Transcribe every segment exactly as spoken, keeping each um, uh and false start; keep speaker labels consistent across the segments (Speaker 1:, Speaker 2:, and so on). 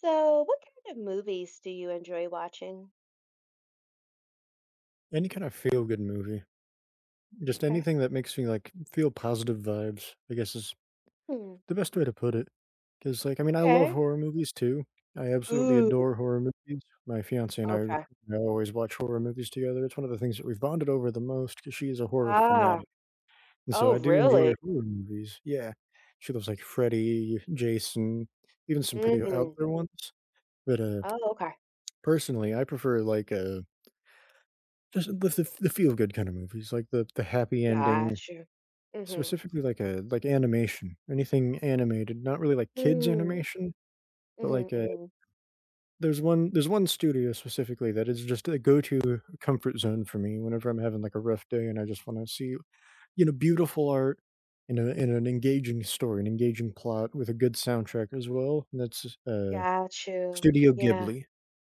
Speaker 1: So, what kind of movies do you enjoy watching?
Speaker 2: Any kind of feel-good movie. Just
Speaker 1: Okay.
Speaker 2: anything that makes me, like, feel positive vibes, I guess is
Speaker 1: Hmm.
Speaker 2: the best way to put it. Because like, I mean, I love
Speaker 1: Okay.
Speaker 2: horror movies too. I absolutely
Speaker 1: Ooh.
Speaker 2: adore horror movies. My fiance and I,
Speaker 1: Okay.
Speaker 2: I always watch horror movies together. It's one of the things that we've bonded over the most because she is a horror
Speaker 1: Ah.
Speaker 2: fanatic, and so
Speaker 1: Oh,
Speaker 2: I do
Speaker 1: really?
Speaker 2: enjoy horror movies. Yeah. She loves, like, Freddy, Jason, even some pretty out
Speaker 1: Mm.
Speaker 2: there ones. But, uh,
Speaker 1: Oh, okay.
Speaker 2: personally, I prefer, like, uh, just the the the feel-good kind of movies, like the the happy ending.
Speaker 1: Got you. Mm-hmm.
Speaker 2: Specifically, like, a like animation, anything animated, not really like kids
Speaker 1: Mm.
Speaker 2: animation, but
Speaker 1: Mm-hmm,
Speaker 2: like, a
Speaker 1: mm-hmm.
Speaker 2: there's one there's one studio specifically that is just a go-to comfort zone for me whenever I'm having like a rough day and I just wanna see, you know, beautiful art and a and an engaging story, an engaging plot with a good soundtrack as well, and that's, uh,
Speaker 1: Got you.
Speaker 2: Studio
Speaker 1: Yeah.
Speaker 2: Ghibli.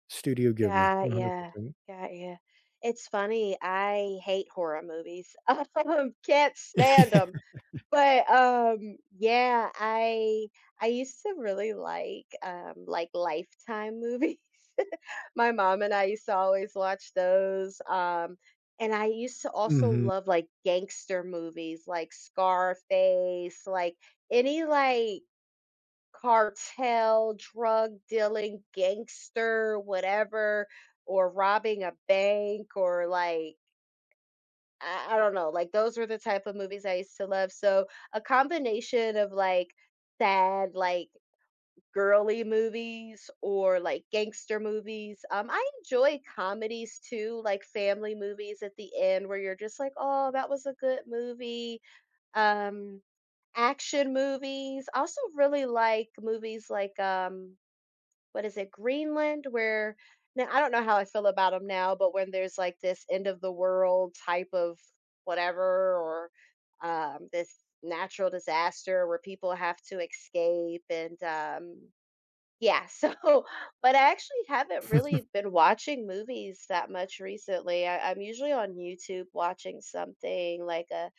Speaker 2: Studio Ghibli,
Speaker 1: Got yeah.
Speaker 2: one hundred percent.
Speaker 1: Got yeah. It's funny. I hate horror movies. Um, can't stand them. But um, yeah, I I used to really like um like Lifetime movies. My mom and I used to always watch those, um, and I used to also
Speaker 2: Mhm.
Speaker 1: love, like, gangster movies, like Scarface, like, any, like, cartel, drug dealing, gangster, whatever, or robbing a bank or, like, I I don't know, like, those were the type of movies I used to love, so, a combination of, like, sad, like girly movies or like gangster movies. Um, I enjoy comedies too, like family movies at the end where you're just like, oh, that was a good movie. Um, Action movies. I also really like movies like um, what is it, Greenland, where now I don't know how I feel about them now, but when there's like this end of the world type of whatever or um, this natural disaster where people have to escape and um, yeah, so but I actually haven't really been watching movies that much recently. I, I'm usually on YouTube watching something like a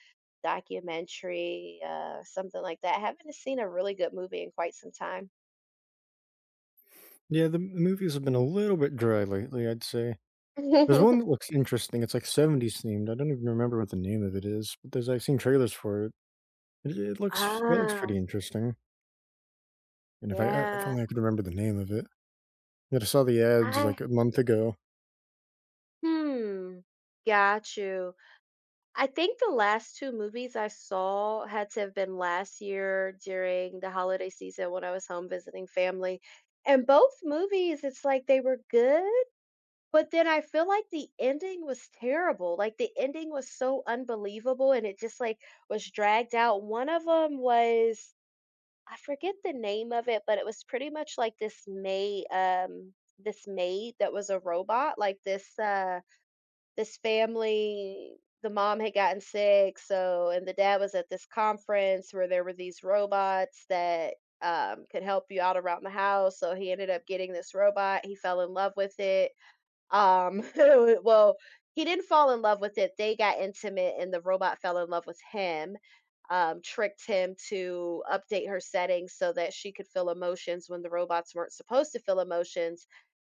Speaker 1: documentary, uh, something like that. I haven't seen a really good movie in quite some time.
Speaker 2: Yeah, the the movies have been a little bit dry lately, I'd say. There's one that looks interesting, it's like seventies themed, I don't even remember what the name of it is, but there's I've seen trailers for it. It it looks it looks
Speaker 1: Ah,
Speaker 2: pretty interesting, and if I I if
Speaker 1: yeah.
Speaker 2: only I could remember the name of it. But I saw the ads,
Speaker 1: I
Speaker 2: like, a month ago.
Speaker 1: hmm. Got you. I think the last two movies I saw had to have been last year during the holiday season when I was home visiting family, and both movies, it's like they were good, but then I feel like the ending was terrible, like, the ending was so unbelievable, and it just, like, was dragged out. One of them was I forget the name of it, but it was pretty much like this maid, um this maid that was a robot, like, this, uh this family, the mom had gotten sick so and the dad was at this conference where there were these robots that um, could help you out around the house so he ended up getting this robot he fell in love with it um, well, he didn't fall in love with it. They got intimate and the robot fell in love with him, um, tricked him to update her settings so that she could feel emotions when the robots weren't supposed to feel emotions.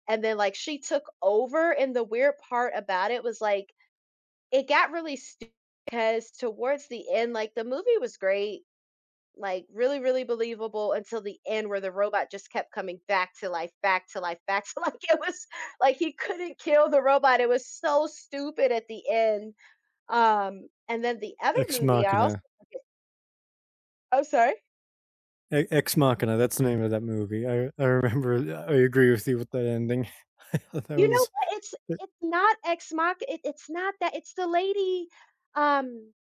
Speaker 1: And then like she took over and the weird part about it was like it got really stupid because towards the end, like the movie was great, like really, really believable until the end where the robot just kept coming back to life, back to life, back to life. It was like he couldn't kill the robot. It was so stupid at the end. Um, and then the other
Speaker 2: Ex
Speaker 1: movie I also
Speaker 2: Machina.
Speaker 1: Oh, sorry.
Speaker 2: E Ex Machina, that's the name of that movie. I I remember I agree with you with that ending. I thought that
Speaker 1: You know
Speaker 2: was
Speaker 1: what? It's
Speaker 2: eh.
Speaker 1: it's not Ex Mach, it, it's not that, it's the lady um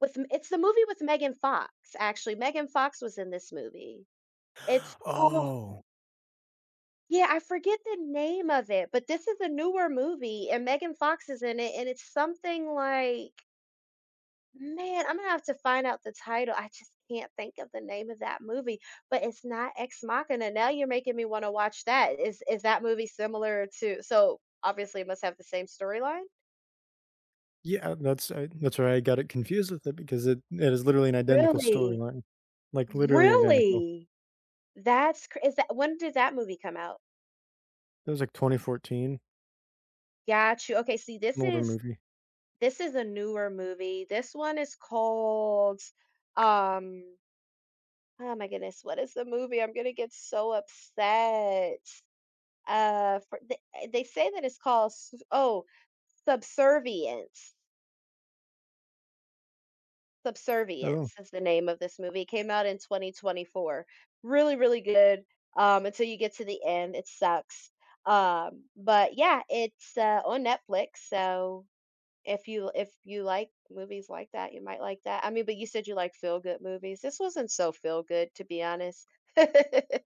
Speaker 1: with M-, it's the movie with Megan Fox, actually. Megan Fox was in this movie. It's called
Speaker 2: Oh.
Speaker 1: Yeah, I forget the name of it, but this is a newer movie and Megan Fox is in it, and it's something like, man, I'm gonna have to find out the title. I just can't think of the name of that movie, but it's not Ex Machina. Now you're making me want to watch that. Is is that movie similar to, so obviously it must have the same storyline?
Speaker 2: Yeah, that's I that's where I got it confused with it because it it is literally an identical
Speaker 1: Really?
Speaker 2: storyline, like, literally identical.
Speaker 1: Really? That's cr-, is that when did that movie come out?
Speaker 2: It was, like, twenty fourteen,
Speaker 1: Got you. Okay, see,
Speaker 2: an
Speaker 1: this
Speaker 2: older
Speaker 1: is
Speaker 2: movie.
Speaker 1: this is a newer movie. This one is called um oh my goodness, what is the movie? I'm gonna get so upset. Uh for, they, they say that it's called s-, oh, Subservience.
Speaker 2: Oh.
Speaker 1: Subservience is the name of this movie. It came out in twenty twenty-four. Really, really good. Um, until you get to the end, it sucks. Um, but yeah, it's uh, on Netflix, so if you if you like movies like that, you might like that. I mean, but you said you like feel good movies. This wasn't so feel good, to be honest.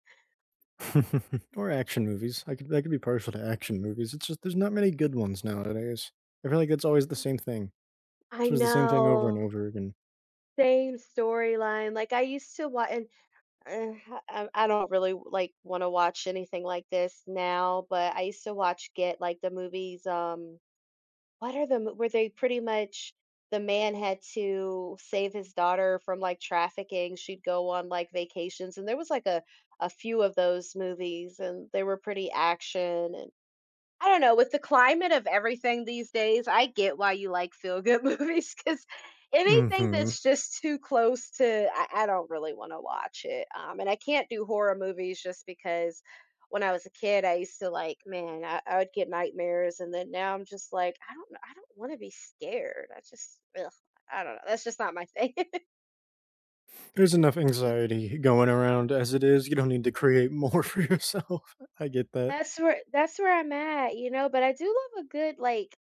Speaker 2: Or action movies. I could I could be partial to action movies, it's just there's not many good ones nowadays. I feel like it's always the same thing.
Speaker 1: I
Speaker 2: It's always the same thing over and
Speaker 1: know.
Speaker 2: over again.
Speaker 1: Same storyline. Like I used to watch, and uh, I, I don't really like want to watch anything like this now. But I used to watch Get, like the movies. Um, What are the m were they pretty much the man had to save his daughter from, like, trafficking, she'd go on, like, vacations, and there was, like, a a few of those movies, and they were pretty action and I don't know, with the climate of everything these days, I get why you like feel-good movies movies because anything
Speaker 2: Mhm.
Speaker 1: that's just too close to I I don't really wanna watch it, um, and I can't do horror movies just because when I was a kid, I used to like man, I I would get nightmares, and then now I'm just like, "I don't I don't wanna be scared." I just ugh, I don't know, that's just not my thing.
Speaker 2: There's enough anxiety going around as it is, you don't need to create more for yourself. I get that.
Speaker 1: That's where that's where I'm at, you know, but I do love a good, like,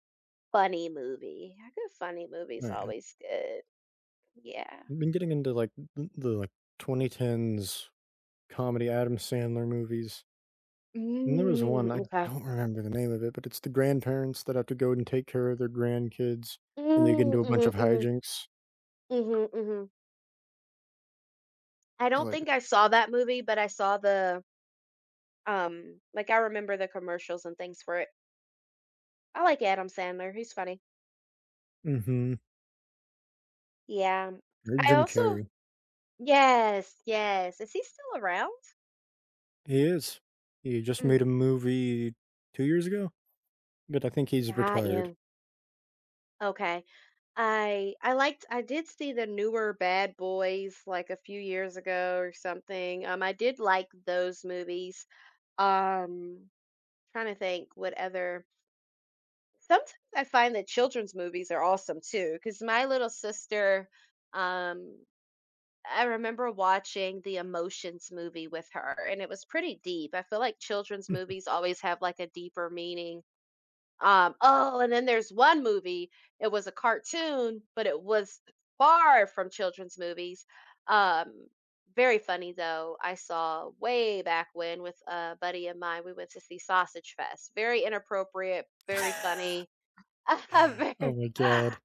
Speaker 1: funny movie. A good funny movie's
Speaker 2: Oh, yeah.
Speaker 1: always good. Yeah.
Speaker 2: I've been getting into, like, th the, like, twenty tens comedy Adam Sandler movies, and there was
Speaker 1: Mm,
Speaker 2: one, I
Speaker 1: okay.
Speaker 2: don't remember the name of it, but it's the grandparents that have to go and take care of their grandkids, and they get
Speaker 1: Mm,
Speaker 2: into a bunch
Speaker 1: mhm,
Speaker 2: of
Speaker 1: mhm,
Speaker 2: hijinks.
Speaker 1: mhm, mhm. I
Speaker 2: It's
Speaker 1: don't
Speaker 2: like.
Speaker 1: think I saw that movie, but I saw the um like I remember the commercials and things for it. I like Adam Sandler. He's funny.
Speaker 2: Mm hmm.
Speaker 1: Yeah. um, I
Speaker 2: Jim
Speaker 1: also
Speaker 2: Carrey.
Speaker 1: Yes, yes. Is he still around?
Speaker 2: He is. He just made a
Speaker 1: Mm,
Speaker 2: movie two years ago, but I think he's
Speaker 1: got
Speaker 2: retired.
Speaker 1: you. Okay. I I liked I did see the newer Bad Boys like a few years ago or something. Um I did like those movies. Um trying to think what other sometimes I find that children's movies are awesome too, because my little sister, um, I remember watching the Emotions movie with her, and it was pretty deep. I feel like children's movies always have like a deeper meaning. Um, oh, and then there's one movie, it was a cartoon, but it was far from children's movies. Um, Very funny though. I saw way back when with a buddy of mine, we went to see Sausage Fest. Very inappropriate, very funny.
Speaker 2: Oh
Speaker 1: Very
Speaker 2: my god.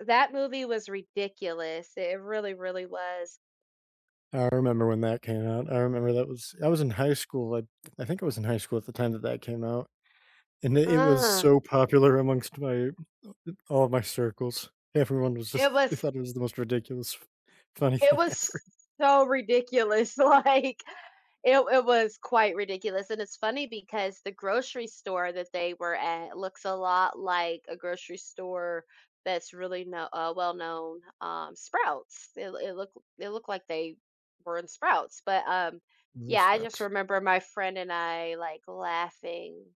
Speaker 1: that movie was ridiculous. It really, really was.
Speaker 2: I remember when that came out. I remember that was I was in high school, I I think I was in high school at the time that that came out, and it it was
Speaker 1: Ugh,
Speaker 2: so popular amongst my. All of my circles, everyone was just
Speaker 1: it
Speaker 2: they
Speaker 1: was
Speaker 2: thought it was the most ridiculous, funny
Speaker 1: it
Speaker 2: thing ever.
Speaker 1: was so ridiculous, like, it it was quite ridiculous, and it's funny because the grocery store that they were at looks a lot like a grocery store that's really kno uh, well known, um, Sprouts. It it looked it looked like they were in Sprouts, but, um, yeah,
Speaker 2: Those
Speaker 1: I just
Speaker 2: rats.
Speaker 1: remember my friend and I, like, laughing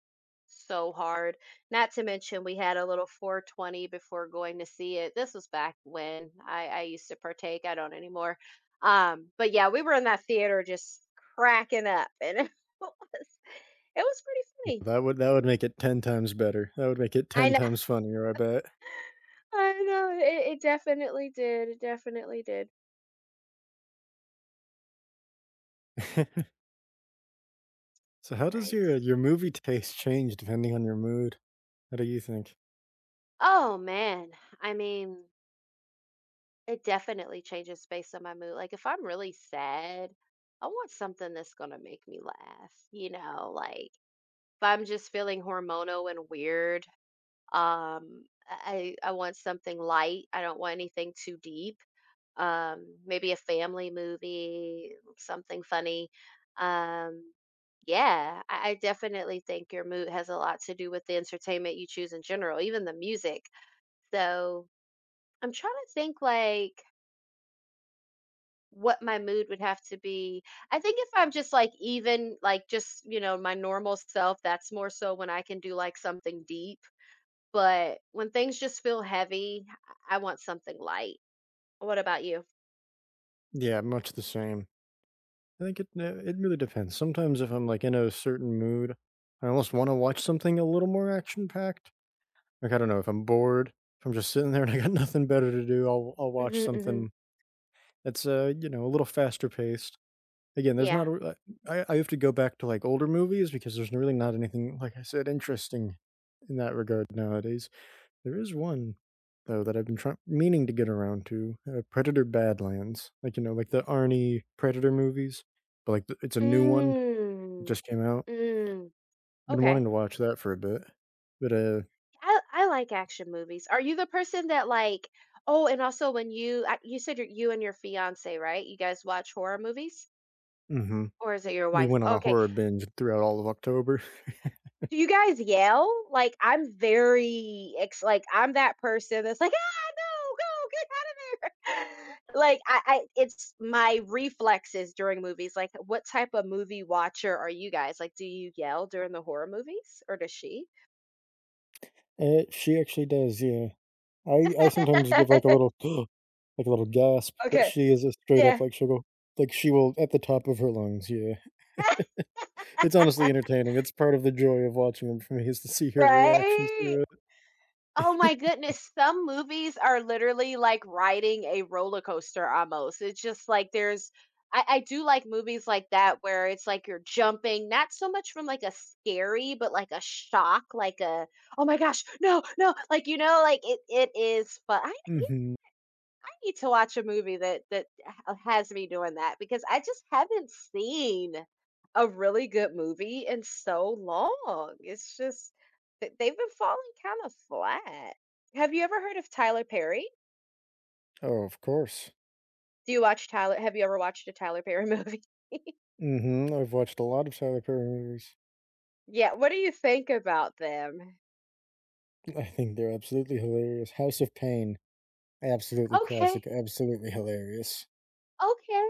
Speaker 1: so hard, not to mention we had a little four twenty before going to see it. This was back when I I used to partake, I don't anymore. Um, but yeah, we were in that theater just cracking up and it was it was pretty funny.
Speaker 2: That would that would make it ten times better. That would make it
Speaker 1: I
Speaker 2: ten
Speaker 1: know,
Speaker 2: times funnier, I
Speaker 1: I know. It, it definitely did. It definitely did.
Speaker 2: bet. So how does your
Speaker 1: Nice.
Speaker 2: your movie taste change depending on your mood? What do you think?
Speaker 1: Oh man. I mean, it definitely changes based on my mood. Like if I'm really sad, I want something that's gonna make me laugh, you know, like if I'm just feeling hormonal and weird, Um, I I want something light. I don't want anything too deep. Um, maybe a family movie, something funny. Um, yeah, I, I definitely think your mood has a lot to do with the entertainment you choose in general, even the music. So I'm trying to think like what my mood would have to be. I think if I'm just like even like just, you know, my normal self, that's more so when I can do like something deep. But when things just feel heavy, I I want something light. What about you?
Speaker 2: Yeah, much the same. I think it uh, it really depends. Sometimes if I'm, like, in a certain mood, I almost wanna watch something a little more action-packed. Like, I don't know, if I'm bored, if I'm just sitting there and I got nothing better to do, I'll I'll watch
Speaker 1: Hmm hmm.
Speaker 2: something. It's, uh, you know, a little faster paced. Again, there's not
Speaker 1: Yeah.
Speaker 2: a r. I I have to go back to, like, older movies because there's really not anything, like I said, interesting in that regard nowadays. There is one, though, that I've been trying, meaning to get around to, uh, Predator: Badlands. Like, you know, like the Arnie Predator movies, but, like, the it's a new one, it
Speaker 1: Mm.
Speaker 2: just came out.
Speaker 1: Mm.
Speaker 2: Been wanting
Speaker 1: Okay.
Speaker 2: to watch that for a bit, but, uh
Speaker 1: I, I like action movies. Are you the person that like? Oh, and also when you I- you said your you and your fiance, right? You guys watch horror movies,
Speaker 2: mhm,
Speaker 1: or is it your
Speaker 2: we
Speaker 1: wife?
Speaker 2: went on a
Speaker 1: Okay.
Speaker 2: horror binge throughout all of October.
Speaker 1: Do you guys yell? Like, I'm very ex like, I'm that person that's like, "Ah, no, go, get out of there." Like, I I it's my reflexes during movies. Like, what type of movie watcher are you guys? Like, do you yell during the horror movies, or does she?
Speaker 2: Uh, she actually does, yeah. I I sometimes give, like, a little like, a little gasp, but
Speaker 1: Okay,
Speaker 2: she is a straight up,
Speaker 1: yeah,
Speaker 2: like, she'll go like, she will at the top of her lungs, yeah. It's honestly entertaining, it's part of the joy of watching them for me is to see her reactions
Speaker 1: right?
Speaker 2: to
Speaker 1: Oh my
Speaker 2: it.
Speaker 1: goodness. Some movies are literally like riding a roller coaster almost. It's just like there's I, I do like movies like that where it's like you're jumping, not so much from like a scary, but like a shock, like a oh my gosh, no, no, like you know, like it it is fun. I, yeah,
Speaker 2: Mhm.
Speaker 1: need to watch a movie that that h- has me doing that because I just haven't seen a really good movie in so long. It's just that they've been falling kind of flat. Have you ever heard of Tyler Perry?
Speaker 2: Oh, of course.
Speaker 1: Do you watch Tyler? Have you ever watched a Tyler Perry movie?
Speaker 2: Mhm, I've watched a lot of Tyler Perry movies.
Speaker 1: Yeah. What do you think about them?
Speaker 2: I think they're absolutely hilarious. House of Pain, absolutely
Speaker 1: Okay.
Speaker 2: classic, absolutely hilarious.
Speaker 1: Okay.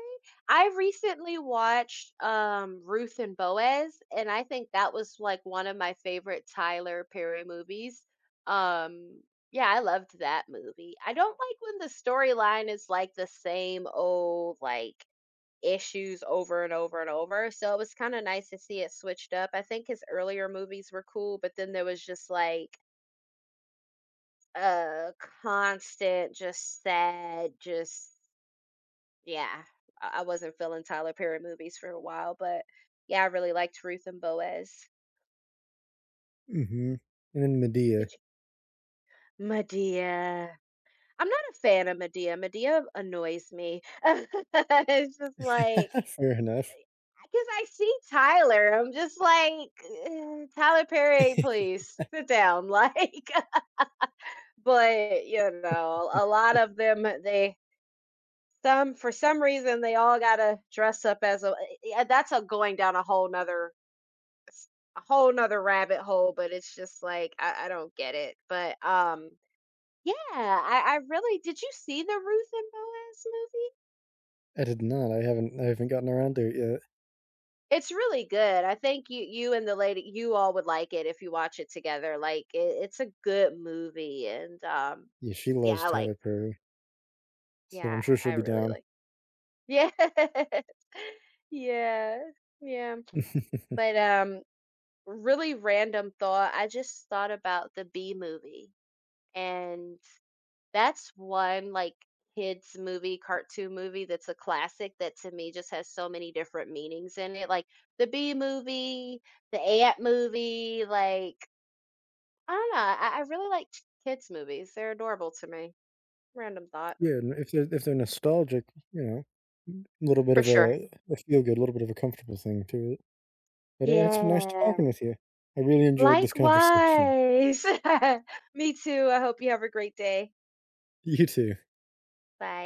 Speaker 1: I recently watched um Ruth and Boaz and I think that was like one of my favorite Tyler Perry movies. Um yeah, I loved that movie. I don't like when the storyline is like the same old like issues over and over and over. So it was kind of nice to see it switched up. I think his earlier movies were cool, but then there was just like a constant just sad just yeah, I I wasn't feeling Tyler Perry movies for a while, but yeah, I really liked Ruth and Boaz.
Speaker 2: Mhm, and then Medea.
Speaker 1: Did you? Medea. I'm not a fan of Medea. Medea annoys me. It's just like
Speaker 2: Fair enough.
Speaker 1: because I see Tyler, I'm just like, "Eh, Tyler Perry, please sit down. Like, but you know, a lot of them, they some for some reason they all gotta dress up as a. Eh, eh, that's a going down a whole nother s- a whole nother rabbit hole, but it's just like I, I don't get it. But um yeah, I, I really did you see the Ruth and Boaz movie?
Speaker 2: I did not. I haven't I haven't gotten around to it yet.
Speaker 1: It's really good. I think you you and the lady you all would like it if you watch it together. Like it, it's a good movie and um
Speaker 2: Yeah, she
Speaker 1: yeah,
Speaker 2: loves
Speaker 1: I like
Speaker 2: Tyler Perry, so
Speaker 1: yeah,
Speaker 2: I'm sure
Speaker 1: I,
Speaker 2: she'll
Speaker 1: I
Speaker 2: be
Speaker 1: really
Speaker 2: down.
Speaker 1: like yeah. Yeah. Yeah. But um really random thought. I just thought about the B movie and that's one, like, kids movie, cartoon movie that's a classic that to me just has so many different meanings in it, like, the Bee Movie, the Ant Movie, like, I don't know, I I really like ch kids movies, they're adorable to me. Random thought.
Speaker 2: Yeah, and if they're if they're nostalgic, you know, a little bit
Speaker 1: For
Speaker 2: of
Speaker 1: sure.
Speaker 2: a a feel-good, a little bit of a comfortable thing to it. But, uh, it's been nice
Speaker 1: Yeah.
Speaker 2: talking with you. I really enjoyed this conversation.
Speaker 1: Likewise. Me too, I hope you have a great day.
Speaker 2: You too.
Speaker 1: Bye.